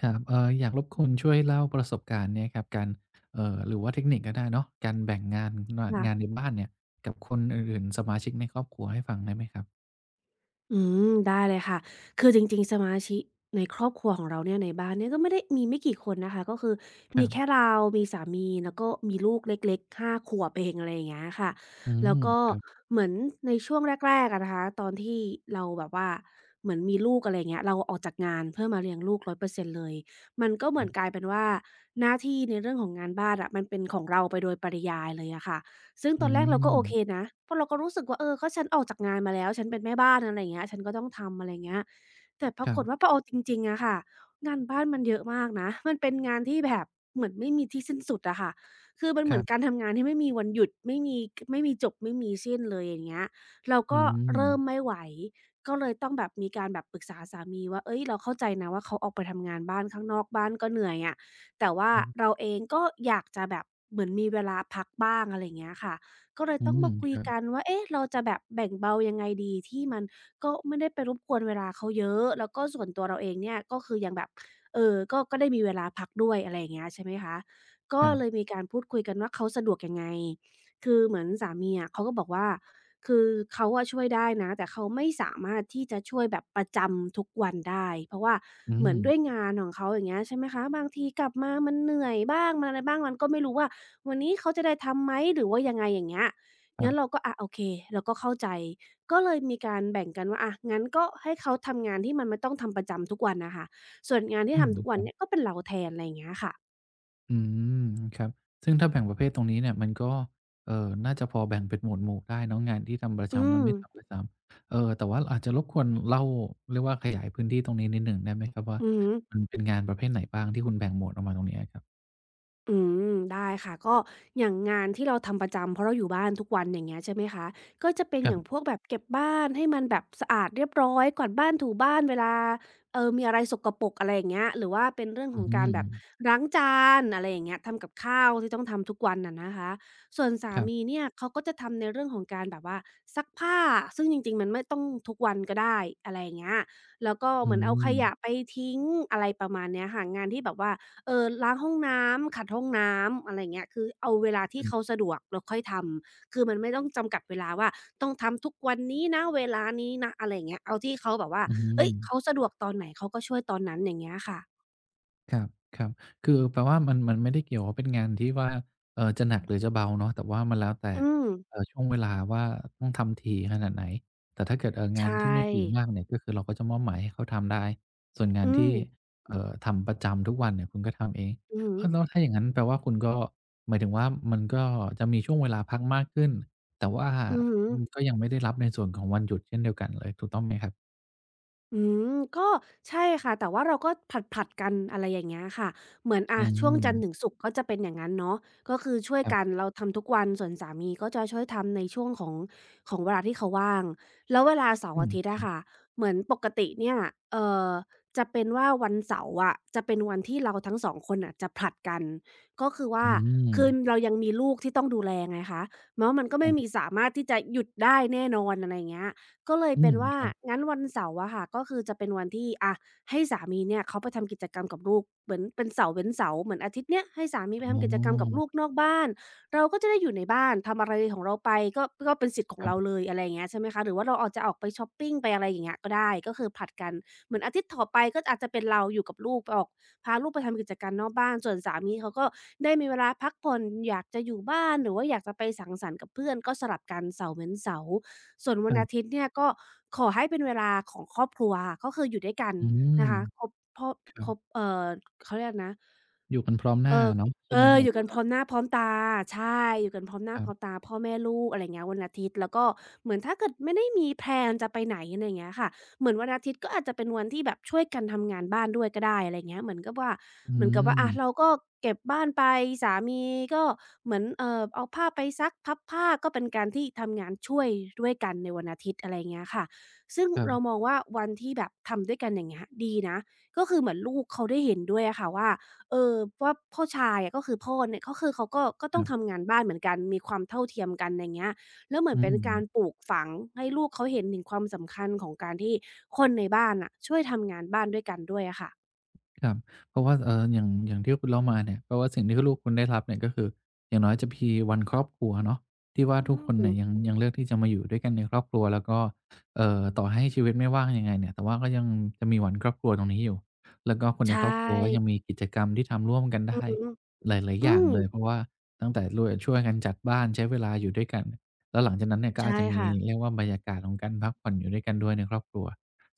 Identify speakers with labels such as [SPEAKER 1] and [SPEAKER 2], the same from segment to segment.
[SPEAKER 1] ครับอยากรบกวนช่วยเล่าประสบการณ์เนี่ยครับการหรือว่าเทคนิคก็ได้เนาะการแบ่งงานงานใน
[SPEAKER 2] ค่ะ
[SPEAKER 1] บ้านเนี่ยกับคนอื่นๆสมาชิกในครอบครัวให้ฟังได้ไหมครับ
[SPEAKER 2] อืมได้เลยค่ะคือจริงๆสมาชิกในครอบครัวของเราเนี่ยในบ้านเนี่ยก็ไม่ได้มีไม่กี่คนนะคะก็คือ
[SPEAKER 1] ครั
[SPEAKER 2] มีแค่
[SPEAKER 1] บ
[SPEAKER 2] เรา มีสามีแล้วก็มีลูกเล็กๆ5 ขวบเองอะไรอย่างเงี้ยค่ะ
[SPEAKER 1] อื
[SPEAKER 2] แล้
[SPEAKER 1] ม
[SPEAKER 2] วก็
[SPEAKER 1] ครับ
[SPEAKER 2] เหมือนในช่วงแรกๆอะนะคะตอนที่เราแบบว่าเหมือนมีลูกอะไรอย่างเงี้ยเราออกจากงานเพื่อมาเลี้ยงลูก100%เปอร์เซ็นต์เลยมันก็เห
[SPEAKER 1] อื
[SPEAKER 2] มือนกลาย
[SPEAKER 1] ม
[SPEAKER 2] เป็นว่าหน้าที่ในเรื่องของงานบ้านอะมันเป็นของเราไปโดยปริยายเลยอะค่ะ ซึ่ง
[SPEAKER 1] อื
[SPEAKER 2] ตอนแรกเราก็โอเค
[SPEAKER 1] ม
[SPEAKER 2] นะเพราะเราก็รู้สึกว่าเออก็ฉันออกจากงานมาแล้วฉันเป็นแม่บ้านอะไรอย่างเงี้ยฉันก็ต้องทำอะไรอย่างเงี้ยแต่ป
[SPEAKER 1] ค
[SPEAKER 2] รา
[SPEAKER 1] รั
[SPEAKER 2] กฏว่า
[SPEAKER 1] บ
[SPEAKER 2] พอเอาจริงๆอะค่ะงานบ้านมันเยอะมากนะมันเป็นงานที่แบบเหมือนไม่มีที่สิ้นสุดอะค่ะคือมัน
[SPEAKER 1] ค
[SPEAKER 2] เหมื
[SPEAKER 1] รั
[SPEAKER 2] อนกา
[SPEAKER 1] บ
[SPEAKER 2] รทำงานที่ไม่มีวันหยุดไม่มีจบไม่มีสิ้นเลยอย่างเงี้ยเรา
[SPEAKER 1] อื
[SPEAKER 2] ก็เริ่ม
[SPEAKER 1] ม
[SPEAKER 2] ไม่ไหวก็เลยต้องแบบมีการแบบปรึกษาสามีว่าเฮ้ยเราเข้าใจนะว่าเขาออกไปทำงานบ้านข้างนอกบ้านก็เหนื่อยอะ แต่ว่า
[SPEAKER 1] อื
[SPEAKER 2] เรา
[SPEAKER 1] ม
[SPEAKER 2] เองก็อยากจะแบบเหมือนมีเวลาพักบ้างอะไรอย่างเงี้ยค่ะก็เลย
[SPEAKER 1] อื
[SPEAKER 2] ต้อง
[SPEAKER 1] ม
[SPEAKER 2] มาคุ
[SPEAKER 1] ค
[SPEAKER 2] ย
[SPEAKER 1] รับ
[SPEAKER 2] กันว่าเอ๊ะเราจะแบบแบ่งเบายังไงดีที่มันก็ไม่ได้ไปรบกวนเวลาเขาเยอะแล้วก็ส่วนตัวเราเองเนี่ยก็คือยังแบบก็ได้มีเวลาพักด้วยอะไรอย่างเงี้ยใช่ไหมคะก็
[SPEAKER 1] ครั
[SPEAKER 2] เล
[SPEAKER 1] บ
[SPEAKER 2] ยมีการพูดคุยกันว่าเขาสะดวกยังไงคือเหมือนสามีอะเขาก็บอกว่า คือเขาอะช่วยได้นะแต่เขาไม่สามารถที่จะช่วยแบบประจำทุกวันได้เพราะว่า
[SPEAKER 1] อื
[SPEAKER 2] เหมือน
[SPEAKER 1] ม
[SPEAKER 2] ด้วยงานของเขาอย่างเงี้ยใช่ไหมคะบางทีกลับมามันเหนื่อยบ้างมันอะไรบ้างมันก็ไม่รู้ว่าวันนี้เขาจะได้ทำไหมหรือว่ายังไงอย่างเงี้ย
[SPEAKER 1] ครั
[SPEAKER 2] งั้นเรา
[SPEAKER 1] บ
[SPEAKER 2] ก็อะโอเคเราก็เข้าใจก็เลยมีการแบ่งกันว่าอะงั้นก็ให้เขาทำงานที่มันไม่ต้องทำประจำทุกวันน่ะค่ะส่วนงานที่
[SPEAKER 1] อื
[SPEAKER 2] ทำทุกวันเนี่ย
[SPEAKER 1] ม
[SPEAKER 2] ก็เป็นเราแทนอะไรอย่างเงี้ยค่ะ
[SPEAKER 1] อืมครับซึ่งถ้าแบ่งประเภทตรงนี้เนี่ยมันก็เอ่อน่าจะพอแบ่งเป็นหมวดหมู่ได้เนาะงานที่ทำประ
[SPEAKER 2] อื
[SPEAKER 1] จำและ
[SPEAKER 2] ม
[SPEAKER 1] ไม่ทำประจำแต่ว่าอาจจะรบกวนเล่าเรียกว่าขยายพื้นที่ตรงนี้นิดหนึ่งได้ไหมครับว่า
[SPEAKER 2] อือฮึ
[SPEAKER 1] มันเป็นงานประเภทไหนบ้างที่คุณแบ่งหมวดออกมาตรงนี้อะครับ
[SPEAKER 2] อืมได้ค่ะก็อย่างงานที่เราทำประจำเพราะเราอยู่บ้านทุกวันอย่างเงี้ยใช่ไหมคะก็จะเป็น
[SPEAKER 1] ค
[SPEAKER 2] อ
[SPEAKER 1] รั
[SPEAKER 2] ย่าง
[SPEAKER 1] บ
[SPEAKER 2] พวกแบบเก็บบ้านให้มันแบบสะอาดเรียบร้อยกวาดบ้านถูบ้านเวลามีอะไรสกปรกอะไรอย่างเงี้ยหรือว่าเป็นเรื่องข
[SPEAKER 1] อื
[SPEAKER 2] องการ
[SPEAKER 1] ม
[SPEAKER 2] แบบล้างจานอะไรอย่างเงี้ยทำกับข้าวที่ต้องทำทุกวันอะนะคะส่วนสา
[SPEAKER 1] ครั
[SPEAKER 2] มี
[SPEAKER 1] บ
[SPEAKER 2] เนี่ยเขาก็จะทำในเรื่องของการแบบว่าซักผ้าซึ่งจริงๆมันไม่ต้องทุกวันก็ได้อะไรอย่างเงี้ยแล้วก็
[SPEAKER 1] อื
[SPEAKER 2] เหมือนเอาข
[SPEAKER 1] ม
[SPEAKER 2] ยะไปทิ้งอะไรประมาณเนี้ยค่ะงานที่แบบว่า ล้างห้องน้ำขัดห้องน้ำอะไรอย่างเงี้ยคือเอาเวลาที่
[SPEAKER 1] อื
[SPEAKER 2] เขา
[SPEAKER 1] ม
[SPEAKER 2] สะดวกเราค่อยทำคือมันไม่ต้องจำกัดเวลาว่าต้องทำทุกวันนี้นะเวลานี้นะอะไรอย่างเงี้ยเอาที่เขาแบบว่า
[SPEAKER 1] อืม
[SPEAKER 2] เฮ้ยเขาสะดวกตอนไหนเขาก็ช่วยตอนนั้นอย่างเงี้ยค่ะ
[SPEAKER 1] ครับครับคือแปลว่ามันไม่ได้เกี่ยวว่าเป็นงานที่ว่าจะหนักหรือจะเบาเนาะแต่ว่ามันแล้วแต่
[SPEAKER 2] อืม
[SPEAKER 1] ช่วงเวลาว่าต้องทำถี่ขนาดไหนแต่ถ้าเกิดงาน
[SPEAKER 2] ใช่
[SPEAKER 1] ที่ไม่ถี่มากเนี่ยก็คือเราก็จะมอบหมายให้เขาทำได้ส่วนงาน
[SPEAKER 2] อื
[SPEAKER 1] ที่
[SPEAKER 2] ม
[SPEAKER 1] ทำประจำทุกวันเนี่ยคุณก็ทำเอง
[SPEAKER 2] อือ
[SPEAKER 1] เอ
[SPEAKER 2] ฮึ
[SPEAKER 1] อแล้วถ้าอย่างงั้นแปลว่าคุณก็หมายถึงว่ามันก็จะมีช่วงเวลาพักมากขึ้นแต่ว่า
[SPEAKER 2] อือฮึ
[SPEAKER 1] อืมก็ยังไม่ได้รับในส่วนของวันหยุดเช่นเดียวกันเลยถูกต้องไหมครับ
[SPEAKER 2] อืมก็ใช่ค่ะแต่ว่าเราก็ผลัดๆกันอะไรอย่างเงี้ยค่ะเหมือน
[SPEAKER 1] อื
[SPEAKER 2] อะช่วงจันทร์ถึง
[SPEAKER 1] ม
[SPEAKER 2] ศุกร์ก็จะเป็นอย่างงั้นเนาะก็คือช่วย
[SPEAKER 1] ครั
[SPEAKER 2] กัน
[SPEAKER 1] บ
[SPEAKER 2] เราทำทุกวันส่วนสามีก็จะช่วยทำในช่วงของเวลาที่เขาว่างแล้วเวลาเสา
[SPEAKER 1] อื
[SPEAKER 2] ร์อา
[SPEAKER 1] ม
[SPEAKER 2] ทิตย์
[SPEAKER 1] ครั
[SPEAKER 2] อะ
[SPEAKER 1] บ
[SPEAKER 2] ค่ะเหมือนปกติเนี่ยเอ่อจะเป็นว่าวันเสาร์อะจะเป็นวันที่เราทั้งสองคนน่ะจะผลัดกันก็คือว่า
[SPEAKER 1] อืม
[SPEAKER 2] คือเรายังมีลูกที่ต้องดูแลไงคะแล้วมันก็
[SPEAKER 1] ครั
[SPEAKER 2] ไม่มี
[SPEAKER 1] บ
[SPEAKER 2] สามารถที่จะหยุดได้แน่นอนอะไรอย่างเงี้ย ก็เลย
[SPEAKER 1] อื
[SPEAKER 2] เป็น
[SPEAKER 1] ม
[SPEAKER 2] ว่า
[SPEAKER 1] ครับอืมครับ
[SPEAKER 2] งั้นวันเสาร์อะค่ะก็คือจะเป็นวันที่อะให้สามีเนี่ยเขาไปทำกิจกรรมกับลูกเหมือนเป็นเสาร์เว้นเสาร์เหมือนอาทิตย์เนี้ยให้สามีไป
[SPEAKER 1] อ๋อ
[SPEAKER 2] ทำกิจกรรมกับลูกนอกบ้านเราก็จะได้อยู่ในบ้านทำอะไรของเราไปก็ก็เป็นสิทธิ์ขอ
[SPEAKER 1] ค
[SPEAKER 2] ง
[SPEAKER 1] รั
[SPEAKER 2] เรา
[SPEAKER 1] บ
[SPEAKER 2] เลยอะไรอย่างเงี้ยใช่ไหมคะหรือว่าเราออกจะออกไปช็อปปิงไปอะไรอย่างเงี้ยก็ได้ก็คือผลัดกันเหมือนอาทิตย์ต่อไปก็อาจจะเป็นเราอยู่กับลูกไปออกพาลูกไปทำกิจกรรมนอกบ้านส่วนสามีเขาก็ได้มีเวลาพักผ่อนอยากจะอยู่บ้านหรือว่าอยากจะไปสังสรรค์กับเพื่อนก็สลับกันเสาร์เว้นเสาร์ ส่วนวั
[SPEAKER 1] ค
[SPEAKER 2] น
[SPEAKER 1] รั
[SPEAKER 2] อา
[SPEAKER 1] บ
[SPEAKER 2] ทิตย์เนี่ยก็ขอให้เป็นเวลาของครอบครัวก็คืออยู่ด้วยกัน
[SPEAKER 1] อืม
[SPEAKER 2] นะคะครบพอ
[SPEAKER 1] ครั
[SPEAKER 2] ค
[SPEAKER 1] บ
[SPEAKER 2] รบเขาเรียกนะ
[SPEAKER 1] อยู่กันพร้อมห
[SPEAKER 2] เอ
[SPEAKER 1] น้า
[SPEAKER 2] อ
[SPEAKER 1] เนาะใช่
[SPEAKER 2] เอ
[SPEAKER 1] ไหม
[SPEAKER 2] อ
[SPEAKER 1] แบ
[SPEAKER 2] อ
[SPEAKER 1] บ
[SPEAKER 2] ยู่กั
[SPEAKER 1] ว่า
[SPEAKER 2] นพร้อมหน้าพร้อมตาใช่อยู่กันพร้อมห
[SPEAKER 1] ค
[SPEAKER 2] น้า
[SPEAKER 1] รั
[SPEAKER 2] พร้อม
[SPEAKER 1] บ
[SPEAKER 2] ตาพ่อแม่ลูกอะไรเงี้ยวันอาทิตย์แล้วก็เหมือนถ้าเกิดไม่ได้มีแพลนจะไปไหนอะไรเงี้ยค่ะเหมือนวันอาทิตย์ก็อาจจะเป็นวันที่แบบช่วยกันทำงานบ้านด้วยก็ได้อะไรเงี้ยเหมือนกับว่า
[SPEAKER 1] อื
[SPEAKER 2] เหมือนกับว่า
[SPEAKER 1] ม
[SPEAKER 2] อะเราก็เก็บบ้านไปสามีก็เหมือนเอาผ้าไปซักพับผ้าก็เป็นการที่ทำงานช่วยด้วยกันในวันอาทิตย์อะไรเงี้ยค่ะซึ่ง
[SPEAKER 1] ค
[SPEAKER 2] เราม
[SPEAKER 1] ร
[SPEAKER 2] องว่าวันที่แบบทำด้วยกันอย่างเงี้ยดีนะก็คือเหมือนลูกเขาได้เห็นด้วยอะค่ะว่า เออว่าพ่อชายอะก็คือพ่อเนี่ยก็คือเขาก็ก็ต้อง
[SPEAKER 1] ับ
[SPEAKER 2] ทำงานบ้านเหมือนกันมีความเท่าเทียมกันไรเงี้ยแล้วเห
[SPEAKER 1] ๆ
[SPEAKER 2] มือ
[SPEAKER 1] อื
[SPEAKER 2] นเป็น
[SPEAKER 1] ม
[SPEAKER 2] การปลูกฝังให้ลูกเขาเห็นถึงความสำคัญของการที่คนในบ้านน่ะช่วยทำงานบ้านด้วยกันด้วยอะค่ะ
[SPEAKER 1] ครับเพราะว่าอย่างที่คุณเล่ามาเนี่ยเพราะว่าสิ่งที่ลูกคุณได้รับเนี่ยก็คืออย่างน้อยจะพีวันครอบครัวเนาะที่ว่า
[SPEAKER 2] อื
[SPEAKER 1] ทุกคนเนี่ย
[SPEAKER 2] ม
[SPEAKER 1] ยังเลือกที่จะมาอยู่ด้วยกันในครอบครัวแล้วก็ต่อให้ชีวิตไม่ว่างยังไงเนี่ยแต่ว่าก็ยังจะมีวันครอบครัวตรงนี้อยู่แล้วก็คน
[SPEAKER 2] ใช
[SPEAKER 1] ในครอบครัวก็ยัง
[SPEAKER 2] ่
[SPEAKER 1] มีกิจกรรมที่ทำร่วมกัน
[SPEAKER 2] อื
[SPEAKER 1] ได้
[SPEAKER 2] อฮึ
[SPEAKER 1] หลายๆ
[SPEAKER 2] อื
[SPEAKER 1] อย่าง
[SPEAKER 2] ม
[SPEAKER 1] เลยเพราะว่าตั้งแต่ร่วยช่วยกันจัดบ้านใช้เวลาอยู่ด้วยกันแล้วหลังจากนั้นเนี่ยก็
[SPEAKER 2] ใช่
[SPEAKER 1] อาจจะมี
[SPEAKER 2] ค่ะ
[SPEAKER 1] เรียกว่าบรรยากาศของการพักผ่อนอยู่ด้วยกันด้วยในครอบครัว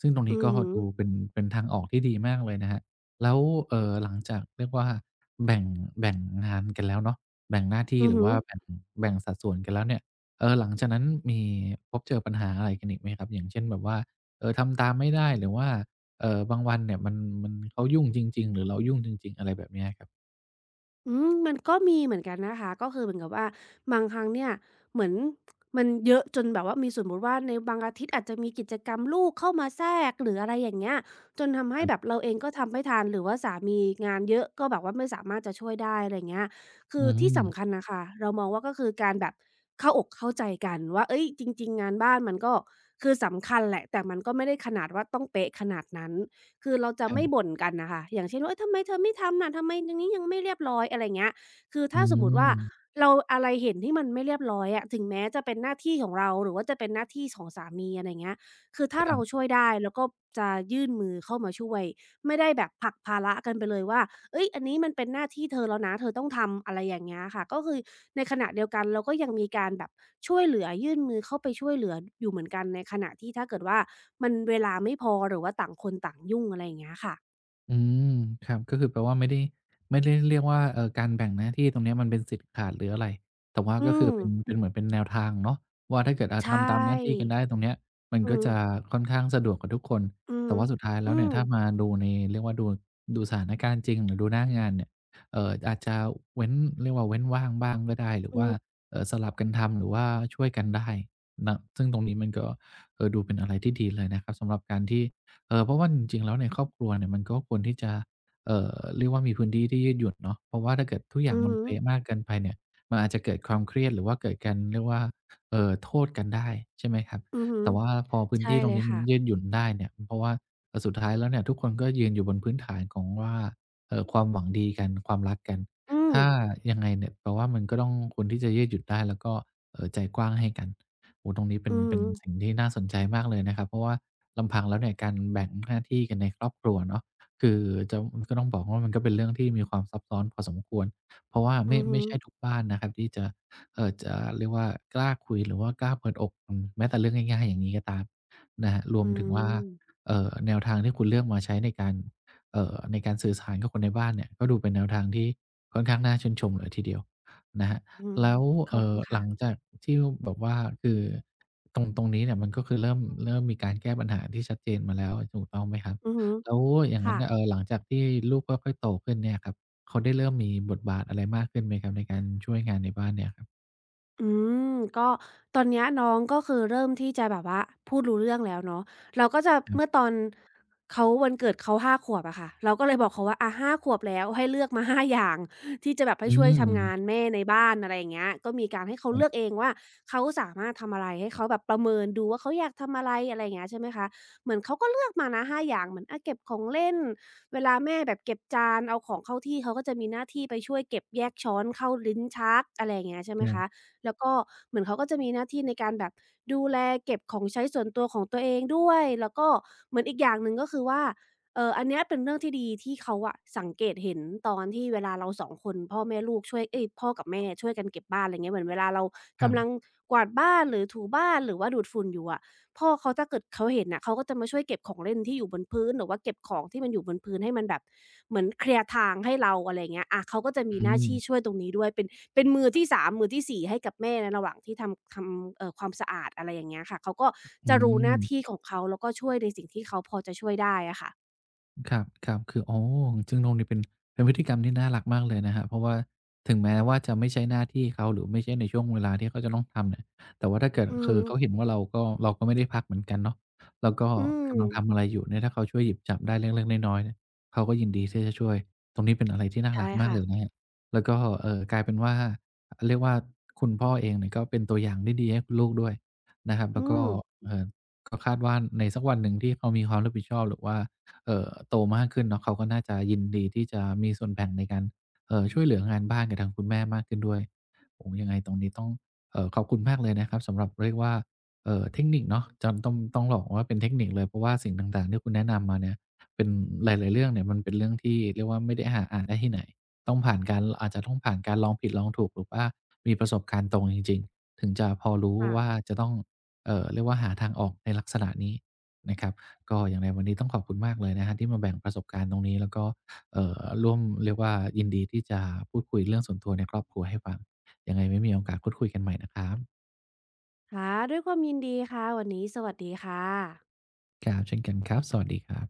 [SPEAKER 1] ซึ่งตรงนี้
[SPEAKER 2] อื
[SPEAKER 1] ก็
[SPEAKER 2] อฮึ
[SPEAKER 1] ดูเป็นทางออกที่ดีมากเลยนะครับ แล้วหลังจากเรียกว่าแบ่ง แบ่งงานกันแล้วเนาะแบ่งหน้าที่
[SPEAKER 2] อื
[SPEAKER 1] ห
[SPEAKER 2] อ
[SPEAKER 1] รือ
[SPEAKER 2] ฮึ
[SPEAKER 1] ว่าแบ่งแบ่งสัดส่วนกันแล้วเนี่ยหลังจากนั้นมีพบเจอปัญหาอะไรกันอีกไหมครับ อย่างเช่นแบบว่าทำตามไม่ได้หรือว่าบางวันเนี่ยมันเขายุ่งจริงๆหรือเรายุ่งจริงๆอะไรแบบเนี้ยครับ
[SPEAKER 2] อืมมันก็มีเหมือนกันนะคะก็คือเหมือนกับว่าบางครั้งเนี่ยเหมือนมันเยอะจนแบบว่ามีสมมุติว่าในบางอาทิตย์อาจจะมีกิจกรรมลูกเข้ามาแทรกหรืออะไรอย่างเงี้ยจนทำ
[SPEAKER 1] ค
[SPEAKER 2] ให้แบบ
[SPEAKER 1] รับ
[SPEAKER 2] เราเองก็ทำไม่ทันหรือว่าสามีงานเยอะก็แบบว่าไม่สามารถจะช่วยได้อะไรอย่างเงี้ยคื
[SPEAKER 1] อื
[SPEAKER 2] อที่
[SPEAKER 1] ม
[SPEAKER 2] สำคัญน่ะค่ะเรามองว่าก็คือการแบบเข้าอกเข้าใจกันว่าเฮ้ยจริงๆงานบ้านมันก็คือสำคัญแหละแต่มันก็ไม่ได้ขนาดว่าต้องเป๊ะขนาดนั้น คือเราจะ
[SPEAKER 1] ครั
[SPEAKER 2] ไม่
[SPEAKER 1] บ
[SPEAKER 2] บ่นกันน่ะค่ะอย่างเช่นว่าเฮ้ยทำไมเธอไม่ทำนะ ทำไมตรงนี้ยังไม่เรียบร้อยอะไรเงี้ยคือ
[SPEAKER 1] อื
[SPEAKER 2] ถ้าสมมุติว่า
[SPEAKER 1] ม
[SPEAKER 2] เราอะไรเห็นที่มันไม่เรียบร้อยอะถึงแม้จะเป็นหน้าที่ของเราหรือว่าจะเป็นหน้าที่ของสามีอะไรเงี้ยคือถ้า
[SPEAKER 1] ครั
[SPEAKER 2] เราช่
[SPEAKER 1] บ
[SPEAKER 2] วยได้เราก็จะยื่นมือเข้ามาช่วยไม่ได้แบบผลักภาระกันไปเลยว่า เอ้ยอันนี้มันเป็นหน้าที่เธอแล้วนะเธอต้องทำอะไรอย่างเงี้ยค่ะก็คือในขณะเดียวกันเราก็ยังมีการแบบช่วยเหลือยื่นมือเข้าไปช่วยเหลืออยู่เหมือนกันในขณะที่ถ้าเกิดว่ามันเวลาไม่พอหรือว่าต่างคนต่างยุ่งอะไรอย่างเงี้ยค่ะ
[SPEAKER 1] อืมครับก็คือแปลว่าไม่ได้เรียกว่าการแบ่งหน้าที่ตรงเนี้ยมันเป็นสิทธิ์ขาดหรืออะไรแต่ว่า
[SPEAKER 2] อื
[SPEAKER 1] ก็คือ
[SPEAKER 2] ม
[SPEAKER 1] เป็นเหมือนเป็นแนวทางเนาะว่าถ้าเกิด
[SPEAKER 2] ใช่
[SPEAKER 1] ทำตามหน้าที่กันได้ตรงเนี้ยมัน
[SPEAKER 2] อื
[SPEAKER 1] ก็
[SPEAKER 2] อ
[SPEAKER 1] จะค่อนข้างสะดวกกับทุกคน
[SPEAKER 2] อือ
[SPEAKER 1] แต่
[SPEAKER 2] ฮึ
[SPEAKER 1] ว่าสุดท้ายแล้
[SPEAKER 2] อื
[SPEAKER 1] วเนี่ย
[SPEAKER 2] ม
[SPEAKER 1] ถ้ามาดูในเรียกว่าดูดูสถานการณ์จริงหรือดูหน้างานเนี่ยอาจจะเว้นเรียกว่าเว้นว่างบ้างก็ได้หรือ
[SPEAKER 2] อื
[SPEAKER 1] ว่า
[SPEAKER 2] อ
[SPEAKER 1] สลับกันทำหรือว่าช่วยกันได้นะซึ่งตรงนี้มันก็ดูเป็นอะไรที่ดีเลยนะครับสำหรับการที่ เออเพราะว่าจริงๆแล้วในครอบครัวเนี่ยมันก็ควรที่จะเอ่อเรียกว่ามีพื้นที่ที่ยืดหยุ่นเนาะเพราะว่าถ้าเกิดทุกอย่า
[SPEAKER 2] อื
[SPEAKER 1] ง
[SPEAKER 2] อ
[SPEAKER 1] มัน
[SPEAKER 2] ฮึ
[SPEAKER 1] เป๊ะมากเกินไปเนี่ยมันอาจจะเกิดความเครียดหรือว่าเกิดการเรียกว่าโทษกันได้ใช่ไหมครับ
[SPEAKER 2] อือฮึ
[SPEAKER 1] แต่ว่าพอพื้น
[SPEAKER 2] ใช่
[SPEAKER 1] ที่ตร
[SPEAKER 2] เล
[SPEAKER 1] ง
[SPEAKER 2] ย
[SPEAKER 1] นี้มัน
[SPEAKER 2] ค่ะ
[SPEAKER 1] ยืดหยุ่นได้เนี่ยเพราะว่าสุดท้ายแล้วเนี่ยทุกคนก็ยืนอยู่บนพื้นฐานของว่าความหวังดีกันความรักกัน
[SPEAKER 2] อืม
[SPEAKER 1] ถ้ายังไงเนี่ยแปลว่ามันก็ต้องควรที่จะยืดหยุ่นได้แล้วก็ ใจกว้างให้กันโอ้โฮตรงนี้เป็น
[SPEAKER 2] อือ
[SPEAKER 1] เป็
[SPEAKER 2] ฮึ
[SPEAKER 1] นสิ่งที่น่าสนใจมากเลยนะครับ เพราะว่าลำพังแล้วเนี่ยการแบ่งหน้าที่กันในครอบครัวเนาะคือจะก็ต้องบอกว่ามันก็เป็นเรื่องที่มีความซับซ้อนพอสมควรเพราะว่า
[SPEAKER 2] อื
[SPEAKER 1] ไม่
[SPEAKER 2] อฮึ
[SPEAKER 1] ไม่ใช่ทุกบ้านนะครับที่จะจะเรียกว่ากล้าคุยหรือว่ากล้าเปิดอกแม้แต่เรื่องง่ายๆอย่างนี้ก็ตามนะครับรว
[SPEAKER 2] อื
[SPEAKER 1] มถึงว่า
[SPEAKER 2] ม
[SPEAKER 1] แนวทางที่คุณเลือกมาใช้ในการในการสื่อสารกับคนในบ้านเนี่ยก็ดูเป็นแนวทางที่ค่อนข้างน่าชื่นชมเลยทีเดียวนะครับ
[SPEAKER 2] อืม
[SPEAKER 1] แล้ว
[SPEAKER 2] ขอบคุณ
[SPEAKER 1] ห
[SPEAKER 2] ค่ะ
[SPEAKER 1] ลังจากที่แบบว่าคือตรงนี้เนี่ยมันก็คือเริ่มมีการแก้ปัญหาที่ชัดเจนมาแล้วถูกต้องไหมครับ
[SPEAKER 2] อือฮึ
[SPEAKER 1] แล้วอย่างงั้น
[SPEAKER 2] ค่ะ
[SPEAKER 1] น่ะหลังจากที่ลูกค่อยๆโตขึ้นเนี่ยครับเขาได้เริ่มมีบทบาทอะไรมากขึ้นไหมครับในการช่วยงานในบ้านเนี่ยครับ
[SPEAKER 2] อืมก็ตอนเนี้ยน้องก็คือเริ่มที่จะแบบว่าพูดรู้เรื่องแล้วเนาะเราก็จะ
[SPEAKER 1] ครั
[SPEAKER 2] เมื่อ
[SPEAKER 1] บ
[SPEAKER 2] ตอนเขาวันเกิดเขา5ขวบอะค่ะเราก็เลยบอกเขาว่าอะห้าขวบแล้วให้เลือกมา5อย่างที่จะแบบให้
[SPEAKER 1] อื
[SPEAKER 2] ช่วย
[SPEAKER 1] ม
[SPEAKER 2] ทำงานแม่ในบ้านอะไรอย่างเงี้ยก็มีการให้เขาเลือก
[SPEAKER 1] ค
[SPEAKER 2] เองว่าเขาสามารถทำอะไรให้เขาแบบประเมินดูว่าเขาอยากทำอะไรอะไรอย่างเงี้ยใช่ไหมคะเหมือนเขาก็เลือกมานะ5อย่างเหมือนอะเก็บของเล่นเวลาแม่แบบเก็บจานเอาของเข้าที่เขาก็จะมีหน้าที่ไปช่วยเก็บแยกช้อนเข้าลิ้นชักอะไรอย่างเงี้ยใช่ไหม
[SPEAKER 1] รับ
[SPEAKER 2] คะ แล้วก็เหมือนเขาก็จะมีหน้าที่ในการแบบดูแลเก็บของใช้ส่วนตัวของตัวเองด้วยแล้วก็เหมือนอีกอย่างหนึ่งก็คือว่าอันเนี้ยเป็นเรื่องที่ดีที่เขาอะสังเกตเห็นตอนที่เวลาเราสองคนพ่อแม่ลูกช่วยเอ๊ยพ่อกับแม่ช่วยกันเก็บบ้านไรเงี้ยเหมือนเวลาเรา
[SPEAKER 1] ๆครับ
[SPEAKER 2] กำลังกวาดบ้านหรือถูบ้านหรือว่าดูดฝุ่นอยู่อะ พ่อเขาถ้าเกิดเขาเห็นน่ะเขาก็จะมาช่วยเก็บของเล่นที่อยู่บนพื้นหรือว่าเก็บของที่มันอยู่บนพื้นให้มันแบบเหมือนเคลียร์ทางให้เราอะไรอย่างเงี้ยอาเขาก็จะมี
[SPEAKER 1] อื
[SPEAKER 2] หน้า
[SPEAKER 1] ม
[SPEAKER 2] ที่ช่วยตรงนี้ด้วยเป็นเป็นมือที่สามมือที่สี่ให้กับแม่ในระหว่างที่ทำทำความสะอาดอะไรอย่างเงี้ยค่ะเขาก็
[SPEAKER 1] อื
[SPEAKER 2] จะรู้ห
[SPEAKER 1] ม
[SPEAKER 2] น้าที่ของเขาแล้วก็ช่วยในสิ่งที่เขาพอจะช่วยได้อะค่ะ
[SPEAKER 1] ครับครับคืออ๋อจึงนงนี่เป็นเป็นพฤติกรรมที่น่ารักมากเลยนะครับเพราะว่าถึงแม้ว่าจะไม่ใช่หน้าที่เขาหรือไม่ใช่ในช่วงเวลาที่เขาจะต้องทำเนี่ยแต่ว่าถ้าเกิด
[SPEAKER 2] อือ
[SPEAKER 1] คื
[SPEAKER 2] ฮึ
[SPEAKER 1] อเขาเห็นว่าเราก็ไม่ได้พักเหมือนกันเนาะแล้วก็
[SPEAKER 2] อืม
[SPEAKER 1] กำลังทำอะไรอยู่เนี่ยถ้าเขาช่วยหยิบจับได้เล็กๆน้อยๆเนี่ยเขาก็ยินดีที่จะช่วยตรงนี้เป็นอะไรที่น่ารั
[SPEAKER 2] ใช่
[SPEAKER 1] กมาก
[SPEAKER 2] ค่ะ
[SPEAKER 1] เลยนะครับแล้วก็กลายเป็นว่าเรียกว่าคุณพ่อเองเนี่ยก็เป็นตัวอย่างที่ดีให้คุณลูกด้วยนะครับ
[SPEAKER 2] อื
[SPEAKER 1] แล้วก็
[SPEAKER 2] ม
[SPEAKER 1] เอ่อก็คาดว่าในสักวันหนึ่งที่เขามีความรับผิดชอบหรือว่า โตมากขึ้นเนาะเขาก็น่าจะยินดีที่จะมีส่วนแบ่งในการช่วยเหลืองานบ้านกับทางคุณแม่มากขึ้นด้วยโอ้โฮยังไงตรงนี้ต้องขอบคุณมากเลยนะครับสำหรับเรียกว่าเทคนิคเนาะจำต้องบอกว่าเป็นเทคนิคเลยเพราะว่าสิ่งต่างๆที่คุณแนะนำมาเนี่ยเป็นหลายๆเรื่องเนี่ยมันเป็นเรื่องที่เรียกว่าไม่ได้หาอ่านได้ที่ไหนต้องผ่านการอาจจะต้องผ่านการลองผิดลองถูกหรือว่ามีประสบการณ์ตรงจริงๆถึงจะพอรู้ว่า
[SPEAKER 2] ค่ะ
[SPEAKER 1] จะต้องเรียกว่าหาทางออกในลักษณะนี้นะครับ ก็อย่างไรวันนี้ต้องขอบคุณมากเลยนะครับที่มาแบ่งประสบการณ์ตรงนี้แล้วก็ร่วมเรียกว่ายินดีที่จะพูดคุยเรื่องส่วนตัวในครอบครัวให้ฟังยังไงไว้มีโอกาสพูดคุยกันใหม่นะครับ
[SPEAKER 2] ค่ะด้วยความยินดีค่ะวันนี้สวัสดีค่ะ
[SPEAKER 1] ครับเช่นกันครับสวัสดีครับ